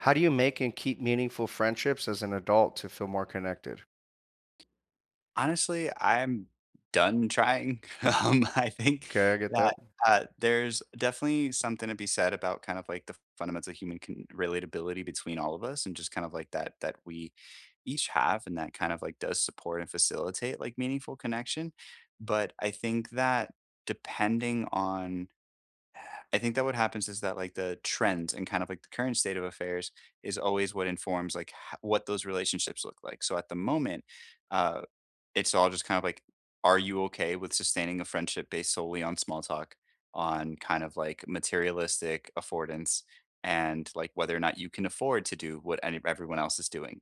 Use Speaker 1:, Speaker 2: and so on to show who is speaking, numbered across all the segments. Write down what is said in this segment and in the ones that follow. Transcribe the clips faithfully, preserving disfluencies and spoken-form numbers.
Speaker 1: How do you make and keep meaningful friendships as an adult to feel more connected?
Speaker 2: Honestly, I'm done trying. Um, I think
Speaker 1: Okay, I get that.
Speaker 2: that, uh, there's definitely something to be said about kind of like the fundamentals of human con relatability between all of us and just kind of like that that we each have and that kind of like does support and facilitate like meaningful connection. But I think that depending on I think that what happens is that like the trends and kind of like the current state of affairs is always what informs like ho what those relationships look like. So at the moment, uh it's all just kind of like, are you okay with sustaining a friendship based solely on small talk, on kind of like materialistic affordance, and like whether or not you can afford to do what any, everyone else is doing?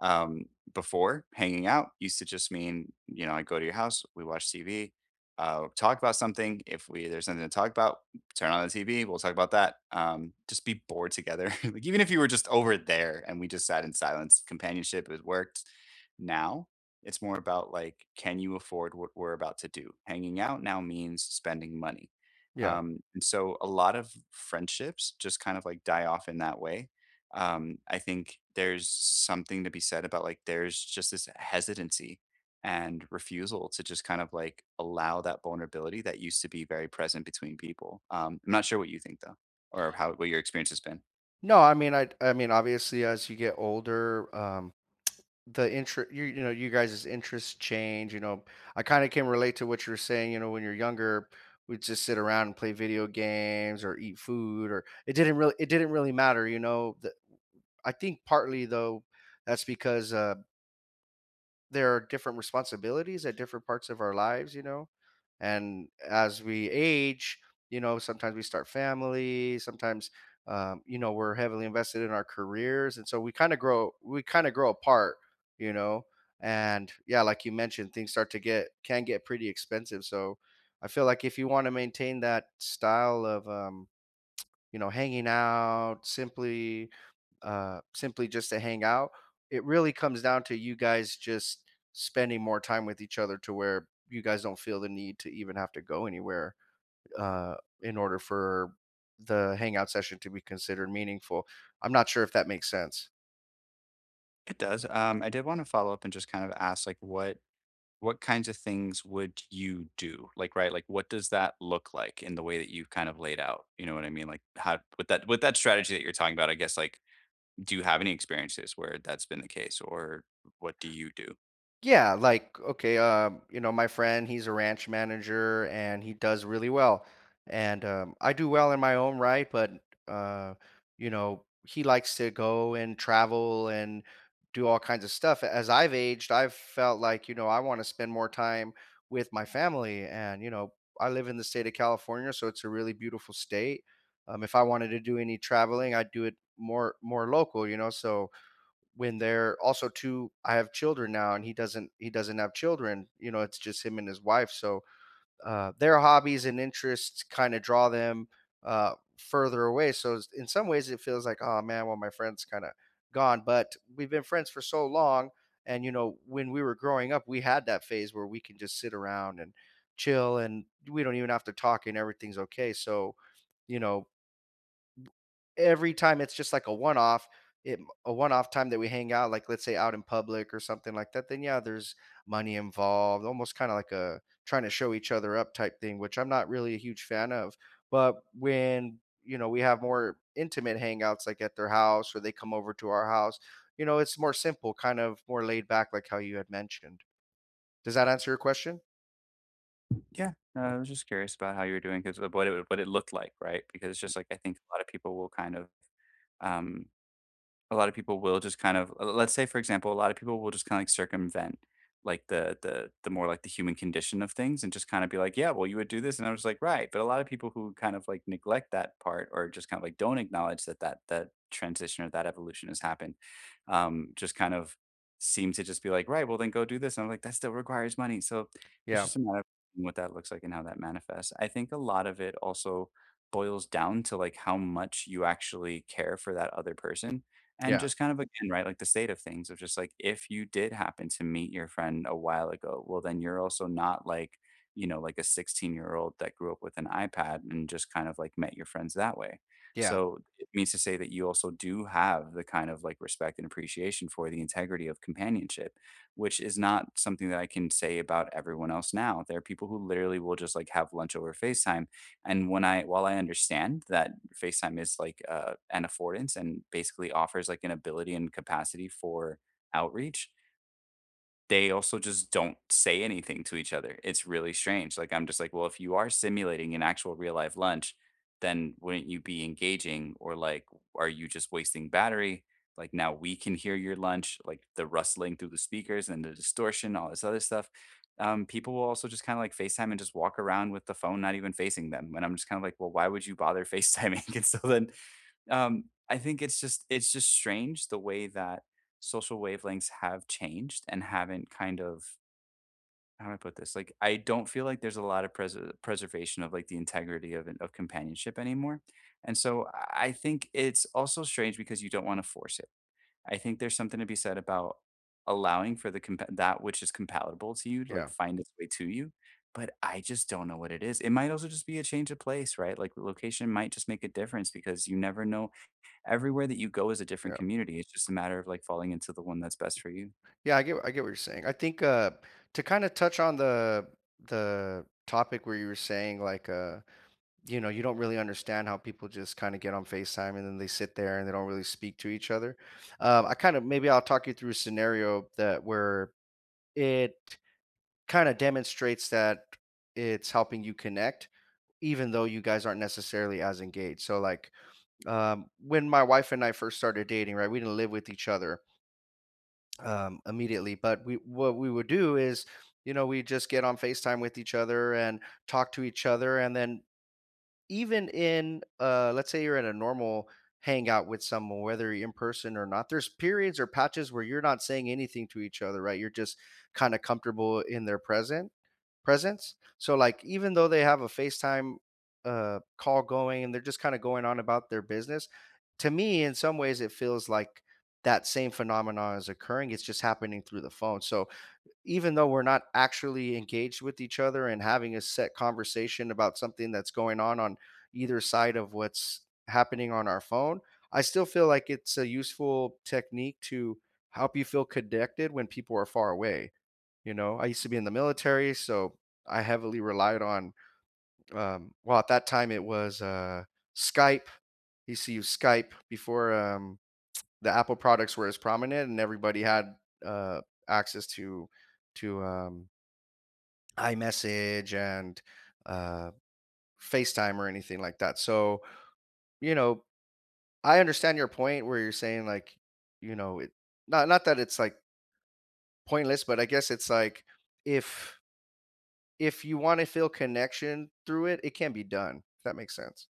Speaker 2: Um, Before hanging out used to just mean, you know, I go to your house, we watch T V, uh, talk about something. If we There's something to talk about, turn on the T V, we'll talk about that. Um, just be bored together. Like even if you were just over there and we just sat in silence, companionship has worked. Now it's more about like, can you afford what we're about to do? Hanging out now means spending money.
Speaker 1: Yeah.
Speaker 2: Um, and so a lot of friendships just kind of like die off in that way. Um, I think there's something to be said about like, there's just this hesitancy and refusal to just kind of like allow that vulnerability that used to be very present between people. Um, I'm not sure what you think though, or how what your experience has been.
Speaker 1: No, I mean, I, I mean, obviously, as you get older, um, the interest, you, you know, you guys' interests change. You know, I kind of can relate to what you're saying. You know, when you're younger, we'd just sit around and play video games or eat food, or it didn't really, it didn't really matter. You know, the, I think partly though, that's because uh, there are different responsibilities at different parts of our lives, you know. And as we age, you know, sometimes we start family, sometimes um, you know, we're heavily invested in our careers, and so we kind of grow we kind of grow apart, you know. And yeah, like you mentioned, things start to get can get pretty expensive. So I feel like if you want to maintain that style of um you know, hanging out, simply uh simply just to hang out. It really comes down to you guys just spending more time with each other to where you guys don't feel the need to even have to go anywhere uh in order for the hangout session to be considered meaningful. I'm not sure if that makes sense.
Speaker 2: It does. Um, I did want to follow up and just kind of ask like what What kinds of things would you do? Like, right, like, what does that look like in the way that you've kind of laid out? You know what I mean? Like, how with that with that strategy that you're talking about, I guess, like, do you have any experiences where that's been the case, or what do you do?
Speaker 1: Yeah, like okay, um, you know, my friend, he's a ranch manager and he does really well. And um, I do well in my own right, but uh, you know, he likes to go and travel and do all kinds of stuff. As I've aged, I've felt like, you know, I want to spend more time with my family and, you know, I live in the state of California, so it's a really beautiful state. Um, if I wanted to do any traveling, I'd do it more more local, you know. So when they're also two, I have children now and he doesn't he doesn't have children. You know, it's just him and his wife, so uh, their hobbies and interests kind of draw them uh, further away. So it's- in some ways it feels like, oh man, well, my friend's kind of gone, but we've been friends for so long, and you know, when we were growing up, we had that phase where we can just sit around and chill and we don't even have to talk and everything's okay. So you know, every time it's just like a one off, it a one off time that we hang out, like let's say out in public or something like that, then yeah, there's money involved, almost kind of like a trying to show each other up type thing, which I'm not really a huge fan of. But when, you know, we have more intimate hangouts like at their house or they come over to our house, you know, it's more simple, kind of more laid back, like how you had mentioned. Does that answer your question?
Speaker 2: Yeah, no, I was just curious about how you were doing because of what it what it looked like, right? Because it's just like I think a lot of people will kind of um a lot of people will just kind of let's say for example a lot of people will just kind of like circumvent like the the the more like the human condition of things and just kind of be like yeah well you would do this and I was like right, but a lot of people who kind of like neglect that part or just kind of like don't acknowledge that that that transition or that evolution has happened, um just kind of seem to just be like right well then go do this and I'm like that still requires money. So it's
Speaker 1: yeah
Speaker 2: just a matter of what that looks like and how that manifests. I think a lot of it also boils down to like how much you actually care for that other person and
Speaker 1: yeah
Speaker 2: just kind of again, right, like the state of things, of just like if you did happen to meet your friend a while ago, well, then you're also not like, you know, like a sixteen-year-old year old that grew up with an iPad and just kind of like met your friends that way.
Speaker 1: yeah
Speaker 2: So it means to say that you also do have the kind of like respect and appreciation for the integrity of companionship, which is not something that I can say about everyone else now. There are people who literally will just like have lunch over FaceTime, and when I while I understand that FaceTime is like, uh, an affordance and basically offers, like, an ability and capacity for outreach, they also just don't say anything to each other. It's really strange. Like I'm just like, well, if you are simulating an actual real life lunch, then wouldn't you be engaging? Or like, are you just wasting battery? Like now we can hear your lunch, like the rustling through the speakers and the distortion, all this other stuff. Um, people will also just kind of like FaceTime and just walk around with the phone not even facing them. And I'm just kind of like, well, why would you bother FaceTiming? And so then um, I think it's just it's just strange the way that social wavelengths have changed and haven't kind of how do I put this? Like, I don't feel like there's a lot of pres- preservation of like the integrity of of companionship anymore, and so I I think it's also strange because you don't want to force it. I think there's something to be said about allowing for the compa- that which is compatible to you, to, like,
Speaker 1: yeah
Speaker 2: find its way to you. But I just don't know what it is. It might also just be a change of place, right? Like the location might just make a difference, because you never know. Everywhere that you go is a different
Speaker 1: yeah
Speaker 2: community. It's just a matter of, like, falling into the one that's best for you.
Speaker 1: Yeah, I get I get what you're saying. I think uh to kind of touch on the the topic where you were saying like, uh you know, you don't really understand how people just kind of get on FaceTime and then they sit there and they don't really speak to each other. Um I kind of, maybe I'll talk you through a scenario that, where it kind of demonstrates that it's helping you connect even though you guys aren't necessarily as engaged. So like, um when my wife and I first started dating, right? We didn't live with each other um, immediately. But we what we would do is, you know, we just get on FaceTime with each other and talk to each other. And then even in, uh, let's say you're in a normal hangout with someone, whether you're in person or not, there's periods or patches where you're not saying anything to each other, right? You're just kind of comfortable in their presence presence. So like even though they have a FaceTime uh call going and they're just kind of going on about their business, to me in some ways it feels like that same phenomenon is occurring. It's just happening through the phone. So even though we're not actually engaged with each other and having a set conversation about something that's going on on either side of what's happening on our phone, I still feel like it's a useful technique to help you feel connected when people are far away. You know, I used to be in the military, so I heavily relied on, um, well, at that time it was, uh, Skype. I Used to use Skype before, um, the Apple products were as prominent, and everybody had uh, access to to, um, iMessage and, uh, FaceTime or anything like that. So, you know, I understand your point where you're saying like, you know, it not not that it's like pointless, but I guess it's like, if if you want to feel connection through it, it can be done. If that makes sense.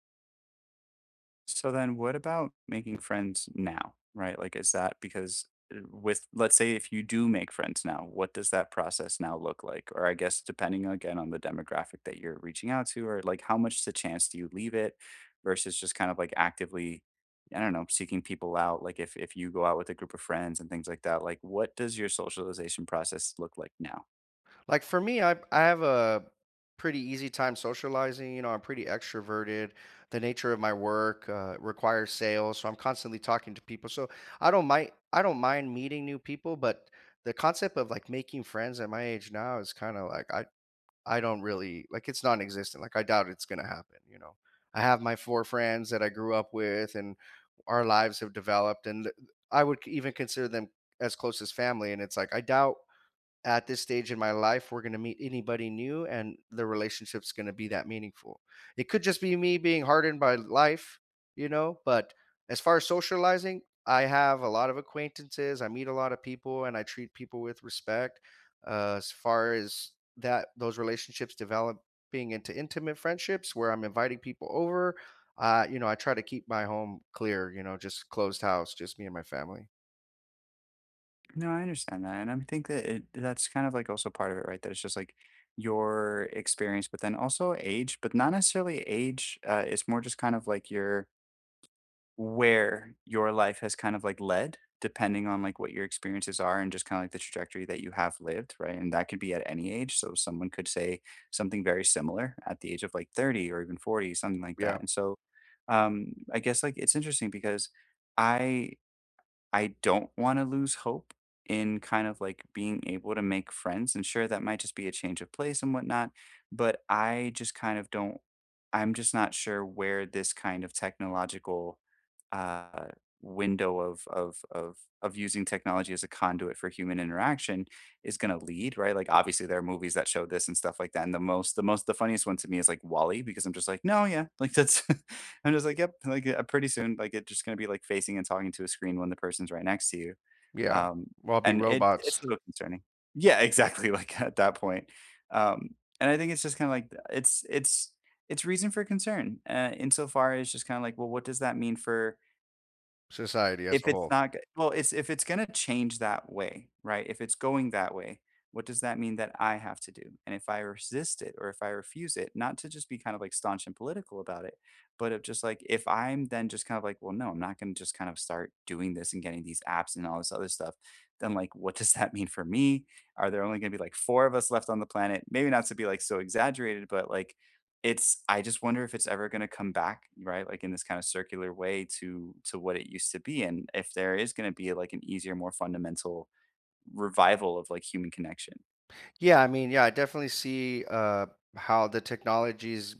Speaker 2: So then what about making friends now, right? Like, is that because, uh, with let's say if you do make friends now, what does that process now look like? Or I guess depending, again, on the demographic that you're reaching out to or, like, how much to chance do you leave it versus just kind of, like, actively, I don't know, seeking people out? Like, if if you go out with a group of friends and things like that, like, what does your socialization process look like now?
Speaker 1: Like for me, I I have a pretty easy time socializing. You know, I'm pretty extroverted. The nature of my work uh, requires sales, so I'm constantly talking to people. So I don't mind I don't mind meeting new people, but the concept of like making friends at my age now is kind of like, I I don't really like, it's non-existent. Like I doubt it's gonna happen, you know. I have my four friends that I grew up with and our lives have developed and th- I would c- even consider them as close as family, and it's like I doubt at this stage in my life we're going to meet anybody new and the relationship's going to be that meaningful. It could just be me being hardened by life, you know, but as far as socializing, I have a lot of acquaintances, I meet a lot of people, and I treat people with respect. Uh, as far as that those relationships developing into intimate friendships where I'm inviting people over, uh, you know, I try to keep my home clear, you know, just closed house, just me and my family.
Speaker 2: No, I understand that, and I think that it that's kind of, like, also part of it, right? That it's just, like, your experience, but then also age, but not necessarily age, uh, it's more just kind of, like, your where your life has kind of, like, led, depending on, like, what your experiences are and just kinda, like, the trajectory that you have lived, right? And that could be at any age, so someone could say something very similar at the age of, like, thirty or even forty, something like that,
Speaker 1: Yeah.
Speaker 2: and so, um, I guess, like, it's interesting because I I don't wanna lose hope in kind of, like, being able to make friends, and sure, that might just be a change of place and whatnot, but I just kind of don't I'm just not sure where this kind of technological, uh, window of of of of using technology as a conduit for human interaction is gonna lead, right? Like, obviously, there are movies that show this and stuff like that, and the most the most the funniest one to me is, like, Wally, because I'm just like, "No, yeah, like, that's" I'm just like, "Yep," like, uh, pretty soon, like, it's just gonna be, like, facing and talking to a screen when the person's right next to you.
Speaker 1: Yeah.
Speaker 2: Um,
Speaker 1: We'll all be
Speaker 2: and it it's
Speaker 1: robots.
Speaker 2: a little concerning. Yeah, exactly, like, at that point. Um, and I think it's just kinda like th- it's it's it's reason for concern, uh, insofar as just kinda like, well, what does that mean for
Speaker 1: Society as
Speaker 2: if
Speaker 1: a
Speaker 2: it's
Speaker 1: whole.
Speaker 2: not go well, it's if it's gonna change that way, right? If it's going that way, what does that mean that I have to do? And if I resist it or if I refuse it, not to just be kind of, like, staunch and political about it, but of just, like, if I'm then just kind of like, "Well, no, I'm not gonna just kind of start doing this and getting these apps and all this other stuff," then, like, what does that mean for me? Are there only gonna be, like, four of us left on the planet? Maybe not to be, like, so exaggerated, but, like, it's I just wonder if it's ever gonna come back, right, like, in this kinda circular way to to what it used to be, and if there is gonna be, like, an easier, more fundamental revival of, like, human connection.
Speaker 1: Yeah, I mean, yeah, I definitely see uh, how the technologies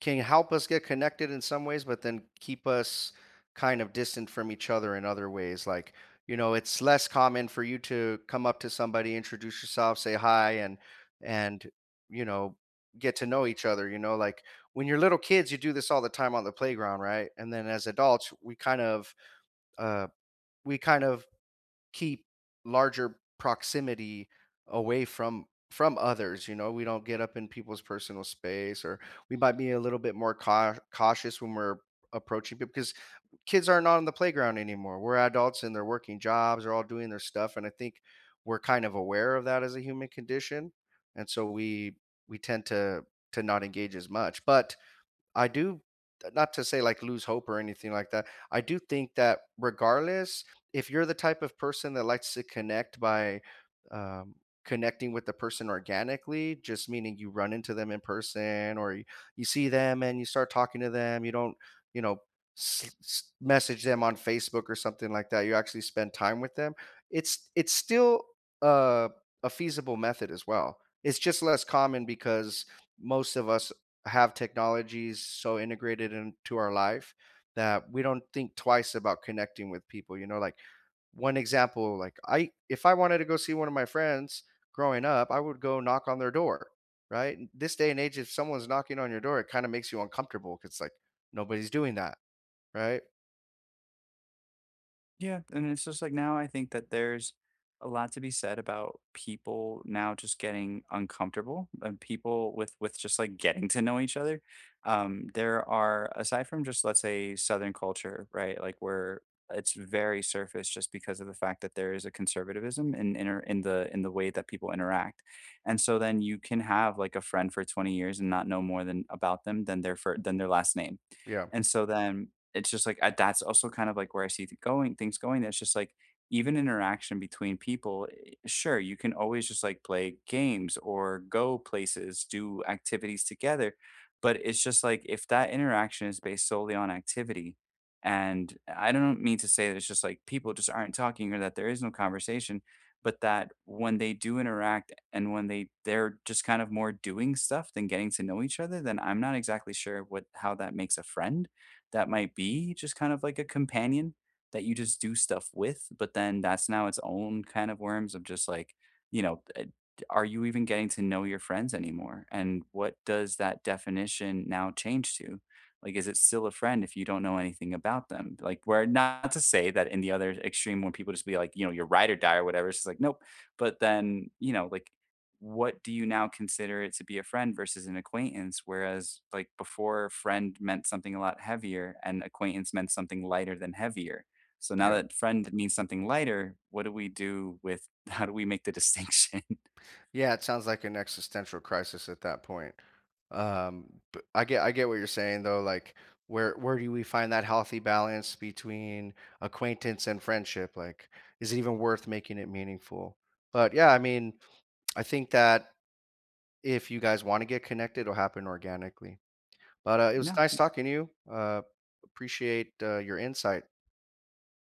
Speaker 1: can help us get connected in some ways, but then keep us kind of distant from each other in other ways. Like, you know, it's less common for you to come up to somebody, introduce yourself, say hi, and and you know, get to know each other. You know, like when you're little kids, you do this all the time on the playground, right? And then as adults, we kind of uh, we kind of keep larger proximity away from from others. You know, we don't get up in people's personal space, or we might be a little bit more cau- cautious when we're approaching people, because kids are not on the playground anymore, we're adults, and they're working jobs, they're all doing their stuff. And I think we're kind of aware of that as a human condition, and so we we tend to to not engage as much. But I do, uh, not to say like lose hope or anything like that. I do think that regardless, if you're the type of person that likes to connect by, um, connecting with the person organically, just meaning you run into them in person or you, you see them and you start talking to them, you don't, you know, s- s- message them on Facebook or something like that. You actually spend time with them. It's it's still, uh, a feasible method as well. It's just less common because most of us have technologies so integrated into our life that we don't think twice about connecting with people. You know, like one example, like I, if I wanted to go see one of my friends growing up, I would go knock on their door, right? This day and age, if someone's knocking on your door, it kind of makes you uncomfortable, because like nobody's doing that, right?
Speaker 2: Yeah, and it's just like now I think that there's a lot to be said about people now just getting uncomfortable and people with with just like getting to know each other. Um, there are aside from just let's say Southern culture, right? Like where it's very surface just because of the fact that there is a conservatism in inter, in the in the way that people interact. And so then you can have like a friend for twenty years and not know more than about them than their fir- than their last name.
Speaker 1: Yeah,
Speaker 2: And so then it's just like I, that's also kind of like where I see th- going things going. That's just like even interaction between people. eh, Sure, you can always just like play games or go places, do activities together, but it's just like if that interaction is based solely on activity, and I don't mean to say that it's just like people just aren't talking or that there is no conversation, but that when they do interact and when they they're just kind of more doing stuff than getting to know each other, then I'm not exactly sure what how that makes a friend. That might be just kind of like a companion that you just do stuff with, but then that's now its own kind of worms of just like, you know, uh, are you even getting to know your friends anymore? And what does that definition now change to? Like, is it still a friend if you don't know anything about them? Like, we're not to say that in the other extreme, when people just be like, you know, your ride or die or whatever, it's just like, nope. But then, you know, like what do you now consider it to be a friend versus an acquaintance? Whereas, like before, friend meant something a lot heavier and acquaintance meant something lighter than heavier. So now
Speaker 1: yeah.
Speaker 2: that friend means something lighter, what do we do with how do we make the distinction?
Speaker 1: Yeah, it sounds like an existential crisis at that point. Um, but I get I get what you're saying though. Like, where where do we find that healthy balance between acquaintance and friendship? Like, is it even worth making it meaningful? But yeah, I mean, I think that if you guys want to get connected, it'll happen organically. But uh, it was
Speaker 2: No.
Speaker 1: nice talking to you. Uh, appreciate uh, your insight.